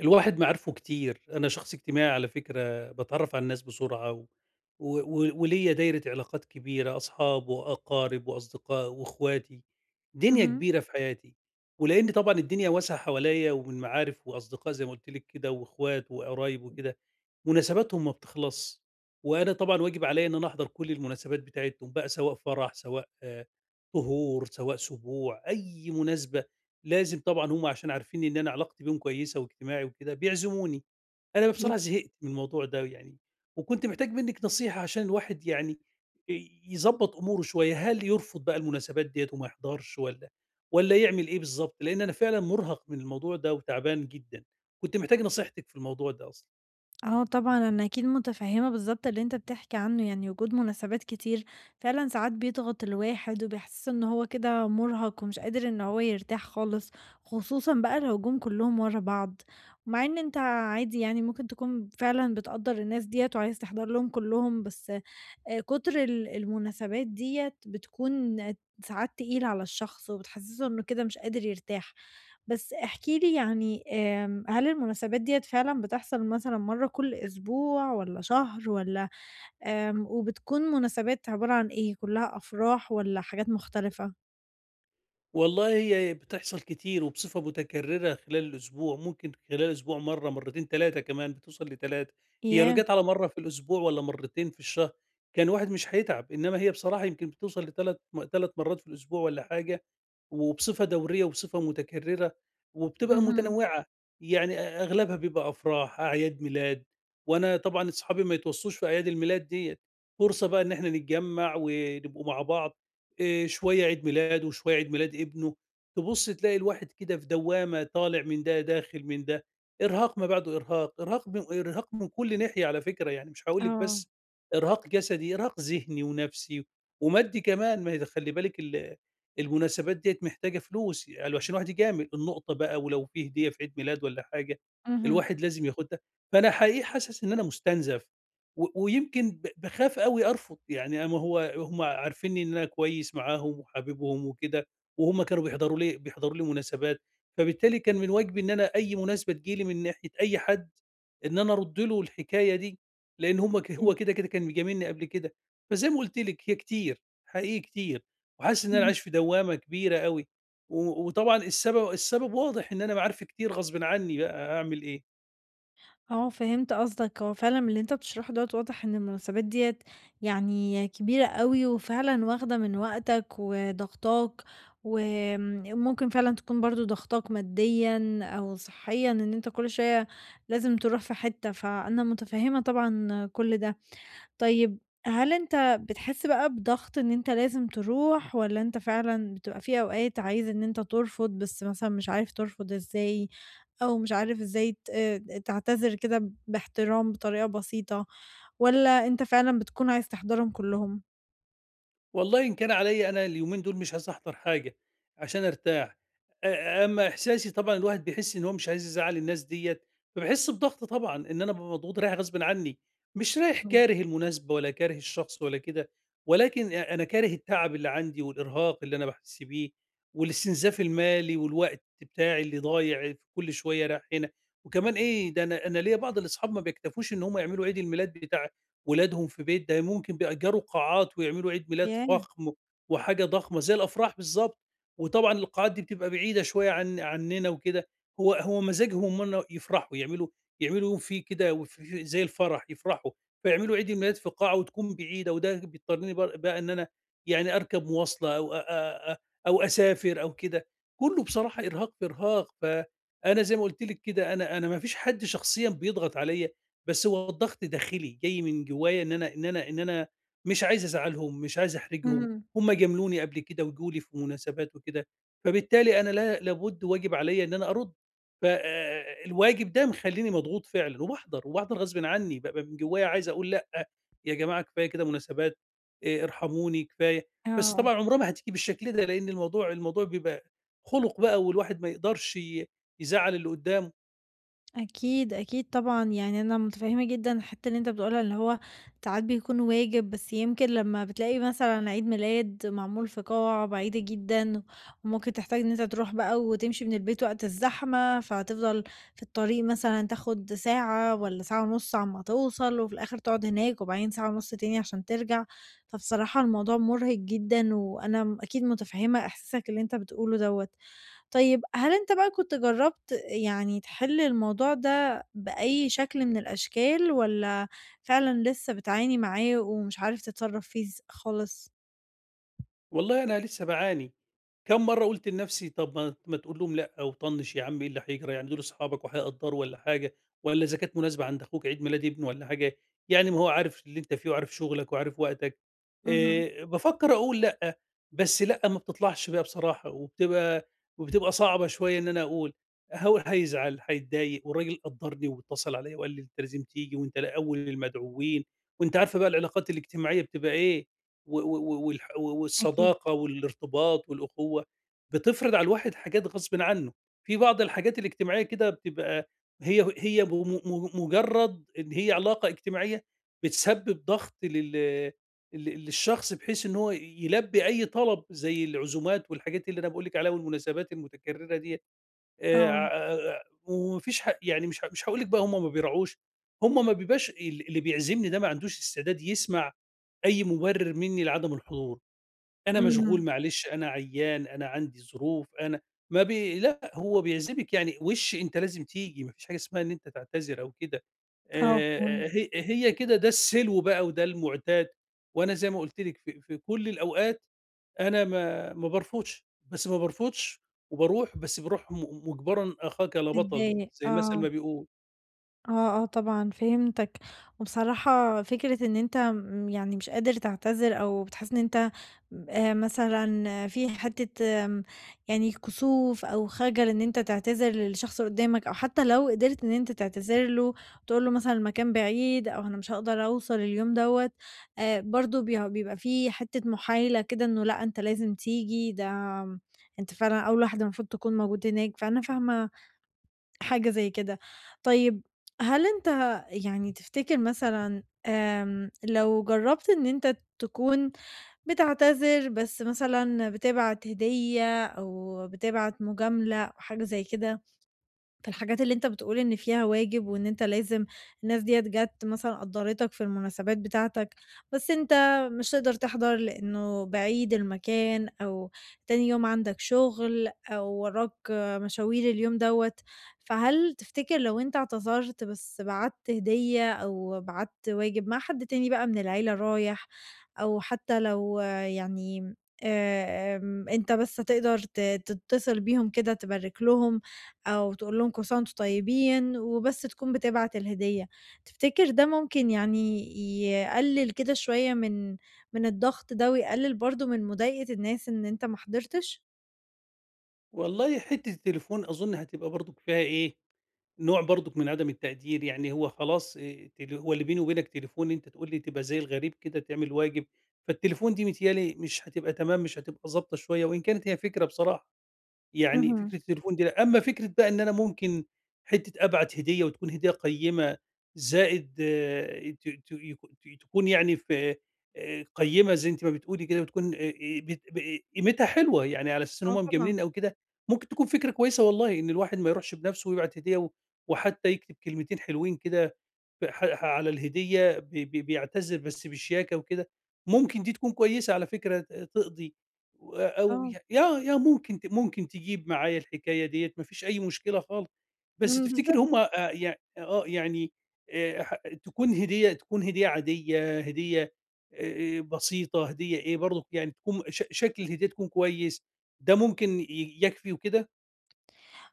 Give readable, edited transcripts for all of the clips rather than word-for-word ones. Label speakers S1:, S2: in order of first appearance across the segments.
S1: الواحد معارفه كتير، أنا شخص اجتماعي على فكرة، باتعرّف على الناس بسرعة و وليّا دايرة علاقات كبيرة، أصحاب وأقارب وأصدقاء وإخواتي، دنيا
S2: اهم.
S1: كبيرة في حياتي، ولإن طبعًا الدنيا واسعة حواليّا ومن معارف وأصدقاء زي ما قُلت لِك كده وإخوات وقرايب وكده، مناسباتهم ما بتخلصش، وأنا طبعًا واجب عليّا إن أنا أحضر كل المناسبات بتاعتهم بقى سواء فرح، سواء طهور، سواء سبوع، أي مناسبة لازم طبعًا هُم عشان عارفين إن أنا علاقتي بيهم كويسة واجتماعي وكده بيعزموني، أنا
S2: أكيد.
S1: بصراحة زهقت من الموضوع ده يعني، وكنت محتاج منِّك نصيحة عشان الواحد يعني يضبّط أموره شوية، هل يرفض بقى المناسبات ديّة وما يحضرش والّا يعمل إيه بالضبط؟ لإن أنا فعلًا مُرهَق من الموضوع ده وتعبان جدًا، كنت محتاج نصيحتِك في الموضوع ده أصلًا.
S2: آه طبعًا، أنا أكيد متفهمة بالضبط اللي أنت بتحكي عنه، يعني وجود مناسبات كتير فعلًا ساعات بيضغط الواحد وبيحسسه إن هو كده مرهق ومش قادر إن هو يرتاح خالص، خصوصًا بقى لو جُم كلّهم ورا بعض، ومع إن أنت عادي يعني ممكن تكون فعلًا بتقدّر الناس ديّة وعايز تحضر لهم كلّهم، بس كتر المناسبات ديّة بتكون ساعات تقيلة على الشخص وبتحسسه إنه كده مش قادر يرتاح. بس احكِ لي يعني هل المناسبات ديّة فعلًا بتحصل مثلًا مرّة كل أسبوع والّا شهر والّا وبتكون مناسبات عبارة عن إيه، كلّها أفراح والّا حاجات مختلفة؟
S1: والله هي بتحصل كتير وبصفة متكررة خلال الأسبوع، ممكن خلال الأسبوع مرّة، مرّتين، 3 كمان، بتوصل ل3. هي لو
S2: ياه!
S1: جات على مرّة في الأسبوع والّا مرّتين في الشهر، كان الواحد مش هيتعب، إنّما هي بصراحة يمكن بتوصل لتلات 3 مرّات في الأسبوع والّا حاجة، وبصفة دورية وبصفة متكررة، وبتبقى
S2: اهم.
S1: متنوعة، يعني أغلبها بيبقى أفراح، أعياد ميلاد، وأنا طبعًا أصحابي ما يتوصّوش في أعياد الميلاد ديّة، فرصة بقى إن إحنا نتجمّع ونبقوا مع بعض. شوية عيد ميلاده، وشوية عيد ميلاد ابنه، تبُص تلاقي الواحد كده في دوّامة طالع من ده، داخل من ده، إرهاق ما بعده إرهاق، إرهاق من إرهاق من كل ناحية على فكرة، يعني مش هاقول لِك
S2: آه،
S1: بس إرهاق جسدي، إرهاق ذهني ونفسي ومادي كمان، ما هي خلّي بالِك المناسبات ديّة محتاجة فلوس عشان الواحد يجامل، النقطة بقى ولو في هدية في عيد ميلاد والّا حاجة،
S2: اهم.
S1: الواحد لازم ياخدها، فأنا حقيقي حاسس إن أنا مُستنزف. ويمكن باخاف أوي أرفض، يعني أما هو هم عارفينّي إن أنا كويس معاهم وحاببهم وكده، وهم كانوا بيحضروا لي بيحضروا لي مناسبات، فبالتالي كان من واجبي إن أنا أي مناسبة تيجي لي من ناحية أي حد، إن أنا أرُدّ له الحكاية دي، لإن هم هو كده، كده كان مجاملني قبل كده، فزي ما قُلت لِك هي كتير، حقيقي كتير، وحاسس إن أنا
S2: إمم.
S1: عايش في دوّامة كبيرة أوي، وطبعًا السبب واضح إن أنا معارفي كتير غصبٍ عني بقى، هاعمل إيه؟
S2: آه، فهمت قصدك، هو فعلًا من اللي أنت بتشرحه دوّة واضح إن المناسبات ديّة يعني كبيرة أوي، وفعلًا واخدة من وقتك وضاغطاك، وآمم، ممكن فعلًا تكون برضه ضاغطاك ماديًا أو صحيًا، إن أنت كل شوية لازم تروح في حتة، فأنا متفهمة طبعًا كل ده. طيب، هل أنت بتحس بقى بضغط إن أنت لازم تروح والّا أنت فعلًا بتبقى في أوقات عايز إن أنت ترفض، بس مثلًا مش عارف ترفض إزاي، أو مش عارف إزاي ت اه تعتذر كده باحترام بطريقة بسيطة، والّا أنت فعلًا بتكون عايز تحضرهم كلّهم؟
S1: والله إن كان عليّا أنا اليومين دول مش عايز أحضر حاجة عشان أرتاح، أمّا إحساسي طبعًا الواحد بيحس إن هو مش عايز يزعّل الناس ديّة، فباحس بضغط طبعًا إن أنا بابقى مضغوط رايح غصبٍ عني، مش رايح
S2: إمم،
S1: كاره المناسبة ولا كاره الشخص ولا كده، ولكن أنا كاره التعب اللي عندي والإرهاق اللي أنا باحس بيه والاستنزاف المالي والوقت بتاعي اللي ضايع في كل شوية رايح هنا، وكمان إيه، ده أنا ليّا بعض الأصحاب ما بيكتفوش إن هم يعملوا عيد الميلاد بتاع ولادهم في بيت، ده ممكن بيأجّروا قاعات ويعملوا عيد ميلاد
S2: ياه!
S1: فَخم وحاجة ضخمة زي الأفراح بالضبط، وطبعًا القاعات دي بتبقى بعيدة شوية عنّنا وكده، هو مزاجهم إن هم يفرحوا، يعملوا يوم فيه كده زي الفرح يفرحوا، فيعملوا عيد الميلاد في قاعة وتكون بعيدة، وده بيضطرّني بقى إن أنا يعني أركب مواصلة أو أ أ أ أو أسافر أو كده، كُلّه بصراحة إرهاق في إرهاق، فأنا زي ما قُلت لِك كده أنا ما فيش حد شخصيًا بيضغط عليَّ، بس هو الضغط داخلي، جاي من جوايا إن أنا مش عايز أزعّلهم، مش عايز أحرجهم،
S2: اهم.
S1: هم جاملوني قبل كده وجُم لي في مناسبات وكده، فبالتالي أنا لا لابد واجب عليّا إن أنا أرُد، ف الواجب ده مخلّيني مضغوط فعلًا وباحضر، وباحضر غصبٍ عنّي، بابقى من جوايا عايز أقول لأ، يا جماعة كفاية كده مناسبات، ارحموني كفاية، بس
S2: آه.
S1: طبعًا عمرها ما هتيجي بالشكل ده، لإن الموضوع بيبقى خُلُق بقى والواحد ما يقدرش يزعّل اللي قدّامه،
S2: أكيد، أكيد طبعًا، يعني أنا متفهّمة جدًا الحتّة اللي أنت بتقولها اللي هو ساعات بيكون واجب، بس يمكن لمّا بتلاقي مثلًا عيد ميلاد معمول في قاعة بعيدة جدًا، وممكن تحتاج إن أنت تروح بقى وتمشي من البيت وقت الزحمة، فهتفضل في الطريق مثلًا تاخد ساعة والّا ساعة ونُص على ما توصل، وفي الآخر تقعد هناك، وبعدين ساعة ونُص تاني عشان ترجع، فبصراحة الموضوع مُرهق جدًا، وأنا أكيد متفهّمة إحساسك اللي أنت بتقوله دوّة. طيب، هل أنت بقى كنت جرّبت يعني تحِل الموضوع ده بأي شكل من الأشكال والّا فعلًا لسه بتعاني معاه ومش عارف تتصرّف فيه خالص؟
S1: والله أنا لسه باعاني. كم مرة قُلت لنَفْسي طَب ما تقول لهم لأ وطنِّش يا عم إيه اللي هيجرى، يعني دول أصحابك وهيقدّروا والّا حاجة، والّا إذا كانت مناسبة عند أخوك عيد ميلاد ابنه والّا حاجة، يعني ما هو عارف اللي أنت فيه وعارف شغلك وعارف وقتك.
S2: اهم،
S1: بافكّر أقول لأ، بس لأ ما بتطلعش بقى بصراحة وبتبقى صعبة شوية إن أنا أقول، هو هيزعل، هيتضايق والراجل قدّرني واتصل عليّا وقال لي: "أنت لازم تيجي وأنت لأ أول المدعوين." وأنتِ عارفة بقى العلاقات الاجتماعية بتبقى إيه. و
S2: أكيد،
S1: والصداقة والارتباط والأخوة، بتفرض على الواحد حاجات غصبٍ عنه. في بعض الحاجات الاجتماعية كده بتبقى هي هي م م مجرد إن هي علاقة اجتماعية بتسبب ضغط لل ل للشخص بحيث إن هو يلبي أي طلب زي العزومات والحاجات اللي أنا باقول لِك عليها والمناسبات المتكررة ديّة.
S2: آه،
S1: وما فيش يعني مش هاقول لِك بقى هم ما بيراعوش، هم ما بيبقاش اللي بيعزمني ده ما عندوش استعداد يسمع أي مبرر منّي لعدم الحضور، أنا مشغول
S2: إمم،
S1: معلش، أنا عيّان، أنا عندي ظروف، أنا ما بي لأ، هو بيعزمِك يعني وِش أنت لازم تيجي، ما فيش حاجة اسمها إن أنت تعتذر أو كده،
S2: آه فهمت،
S1: هي كده ده السلو بقى وده المُعتاد، وأنا زي ما قُلت لِك في كل الأوقات أنا ما بارفضش، وباروح، بس باروح مُجبرًا أخاك لا بطل
S2: متضايق،
S1: زي المثل
S2: آه.
S1: ما بيقول.
S2: آه، آه، طبعًا فهمتك، وبصراحة فكرة إن أنت يعني مش قادر تعتذر أو بتحس إن أنت، مثلًا في حتة يعني كسوف أو خجل إن أنت تعتذر للشخص اللي قدامك، أو حتى لو قدرت إن أنت تعتذر له تقول له مثلًا المكان بعيد أو أنا مش هاقدر أوصل اليوم دوّة، برضه بيبقى في حتة محايلة كده إنه لأ، أنت لازم تيجي، ده أنت فعلًا أول واحد المفروض تكون موجود هناك، فأنا فاهمة حاجة زي كده. طيب، هل أنت يعني تفتكر مثلًا لو جرّبت إن أنت تكون بتعتذر بس مثلًا بتبعت هدية أو بتبعت مجاملة أو حاجة زي كده في الحاجات اللي أنت بتقول إن فيها واجب وإن أنت لازم، الناس ديّة جات مثلًا قدّرتك في المناسبات بتاعتك، بس أنت مش تقدر تحضر لإنه بعيد المكان أو تاني يوم عندك شغل أو وراك مشاوير اليوم دوّة، فهل تفتكر لو أنت اعتذرت بس بعتّ هدية أو بعتّ واجب مع حد تاني بقى من العيلة رايح، أو حتى لو يعني آمم، أنت بس هتقدر تتصل بيهم كده تبارك لهم أو تقول لهم كل سنة وأنتم طيبين، وبس تكون بتبعت الهدية. تفتكر ده ممكن يعني يقلل كده شوية من الضغط ده، ويقلل برضه من مضايقة الناس إن أنت ما حضرتش؟
S1: والله حتّة التليفون أظن هتبقى برضُك فيها إيه، نوع برضُك من عدم التقدير، يعني هو خلاص تل هو اللي بيني وبينك تليفون أنت تقول لي تبقى زي الغريب كده تعمل واجب، فالتليفون دي متهيأ لي مش هتبقى تمام، مش هتبقى ضابطة شوية وإن كانت هي فكرة بصراحة. يعني
S2: اهم.
S1: فكرة التليفون دي لأ، أمّا فكرة بقى إن أنا ممكن حتّة أبعت هدية وتكون هدية قيّمة زائد آه، ت ت يك ت تكون يعني في قيّمة زي أنتِ ما بتقولي كده وتكون بت ب قيمتها حلوة، يعني على أساس إن
S2: آه
S1: هم
S2: طبعًا،
S1: مجاملين أو كده، ممكن تكون فكرة كويسة والله إن الواحد ما يروحش بنَفْسه ويبعت هدية وحتّى يكتب كلمتين حلوين كده ف ح على الهدية ب ب بيعتذر بس بشياكة وكده، ممكن دي تكون كويسة على فكرة تقضي. و أو ي
S2: آه،
S1: يا يا ممكن ممكن تجيب معايا الحكاية ديّة ما فيش أي مشكلة خالص، بس
S2: إمم،
S1: تفتكر
S2: بالضبط.
S1: هُم يع آه، يعني ح تكون هدية عادية، هدية بسيطة، هدية إيه برضه يعني تكون شكل الهدية تكون كويس، ده ممكن يكفي وكده؟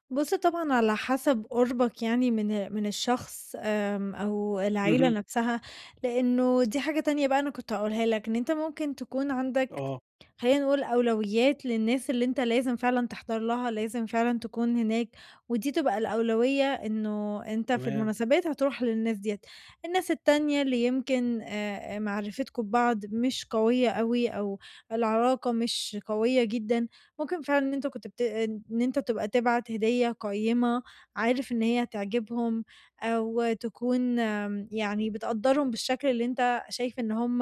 S2: بُص طبعًا على حسب قربك يعني من الشخص، أو العيلة
S1: اهم،
S2: نفسها، لأنه دي حاجة تانية بقى أنا كنت هاقولها لك، إن أنت ممكن تكون عندك،
S1: آه،
S2: خلّينا نقول، أولويات للناس اللي أنت لازم فعلًا تحضر لها، لازم فعلًا تكون هناك، ودي تبقى الأولوية، إنه أنت في
S1: تمام،
S2: المناسبات هتروح للناس ديّة، الناس التانية اللي يمكن معرفتكم ببعض مش قوية أوي أو العلاقة مش قوية جدًا، ممكن فعلًا إن أنت كنت بت إن أنت تبقى تبعت هدية قيّمة عارف إن هي هتعجبهم، أو تكون يعني بتقدّرهم بالشكل اللي أنت شايف إن هُم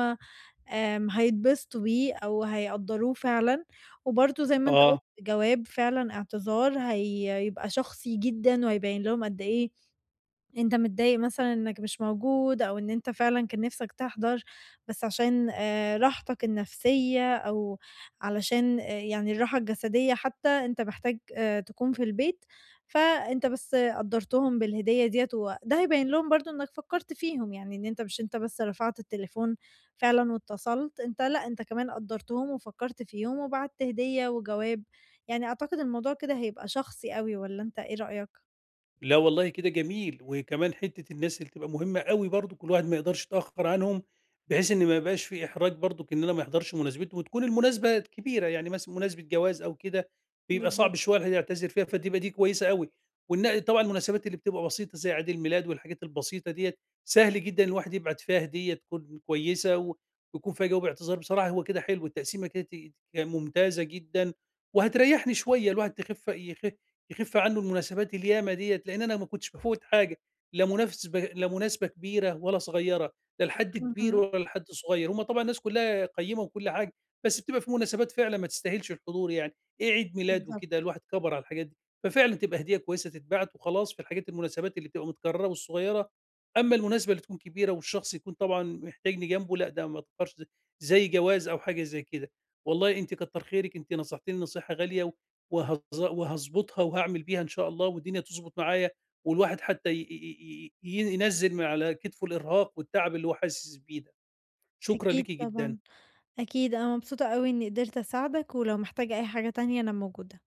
S2: هيتبسطوا بيه أو هيقدّروه فعلًا، وبرضه زي ما أنت قُلت
S1: آه.
S2: جواب فعلًا اعتذار، هيبقى شخصي جدًا، وهيبين لهم قد إيه أنت متضايق مثلًا إنك مش موجود، أو إن أنت فعلًا كان نِفْسك تحضر بس عشان راحتك النفسية أو علشان يعني الراحة الجسدية، حتى أنت محتاج تكون في البيت، فأنت بس قدّرتهم بالهدية ديّة، وده هيبين لهم برضه إنك فكّرت فيهم، يعني إن أنت مش أنت بس رفعت التليفون فعلًا واتصلت، أنت لأ، أنت كمان قدّرتهم وفكّرت فيهم وبعت هدية وجواب، يعني أعتقد الموضوع كده هيبقى شخصي أوي، والّا أنت إيه رأيك؟
S1: لا والله كده جميل، وكمان حتّة الناس اللي تبقى مهمة أوي برضه كل واحد ما يقدرش يتأخّر عنهم، بحيث إن ما يبقاش في إحراج برضُك إن أنا ما احضرش مناسبتهم، وتكون المناسبة كبيرة يعني مثلًا مناسبة جواز أو كده، بيبقى
S2: بالضبط،
S1: صعب شوية الواحد يعتذر فيها، فتبقى دي كويسة أوي، طبعًا المناسبات اللي بتبقى بسيطة زي عيد الميلاد والحاجات البسيطة ديّة، سهل جدًا الواحد يبعت فيها هدية تكون كويسة ويكون فيها جو باعتذار، بصراحة هو كده حلو التقسيمة كده ممتازة جدًا، وهتريّحني شوية الواحد تخف يخف يخف عنه المناسبات الياما ديّة، لإن أنا ما كنتش بافوّت حاجة، لا مناسبة كبيرة ولا صغيّرة، لا لحد كبير
S2: اهم،
S1: ولا لحد صغيّر، هم طبعًا الناس كلّها قيّمة وكل حاجة، بس بتبقى في مناسبات فعلًا ما تستاهلش الحضور يعني، إيه عيد ميلاد وكده
S2: بالضبط.
S1: الواحد كَبَر على الحاجات دي، ففعلًا تبقى هدية كويسة تتبعت وخلاص في المناسبات اللي بتبقى متكررة والصغيّرة، أمّا المناسبة اللي تكون كبيرة والشخص يكون طبعًا محتاجني جنبه لأ، ده ما تبقاش زي جواز أو حاجة زي كده، والله أنتِ كتّر خيرِك، أنتِ نصحتيني نصيحة غالية وهاضبطها وهاعمل بيها إن شاء الله والدنيا تضبط معايا، والواحد حتى ي ي ي ي ينزّل من على كتفه الإرهاق والتعب اللي هو حاسس بيه ده. شكرًا
S2: أكيد
S1: ليكِ
S2: طبعًا،
S1: جدًا.
S2: أكيد أنا مبسوطة أوي إني قدرت أساعدك، ولو محتاج أي حاجة تانية أنا موجودة.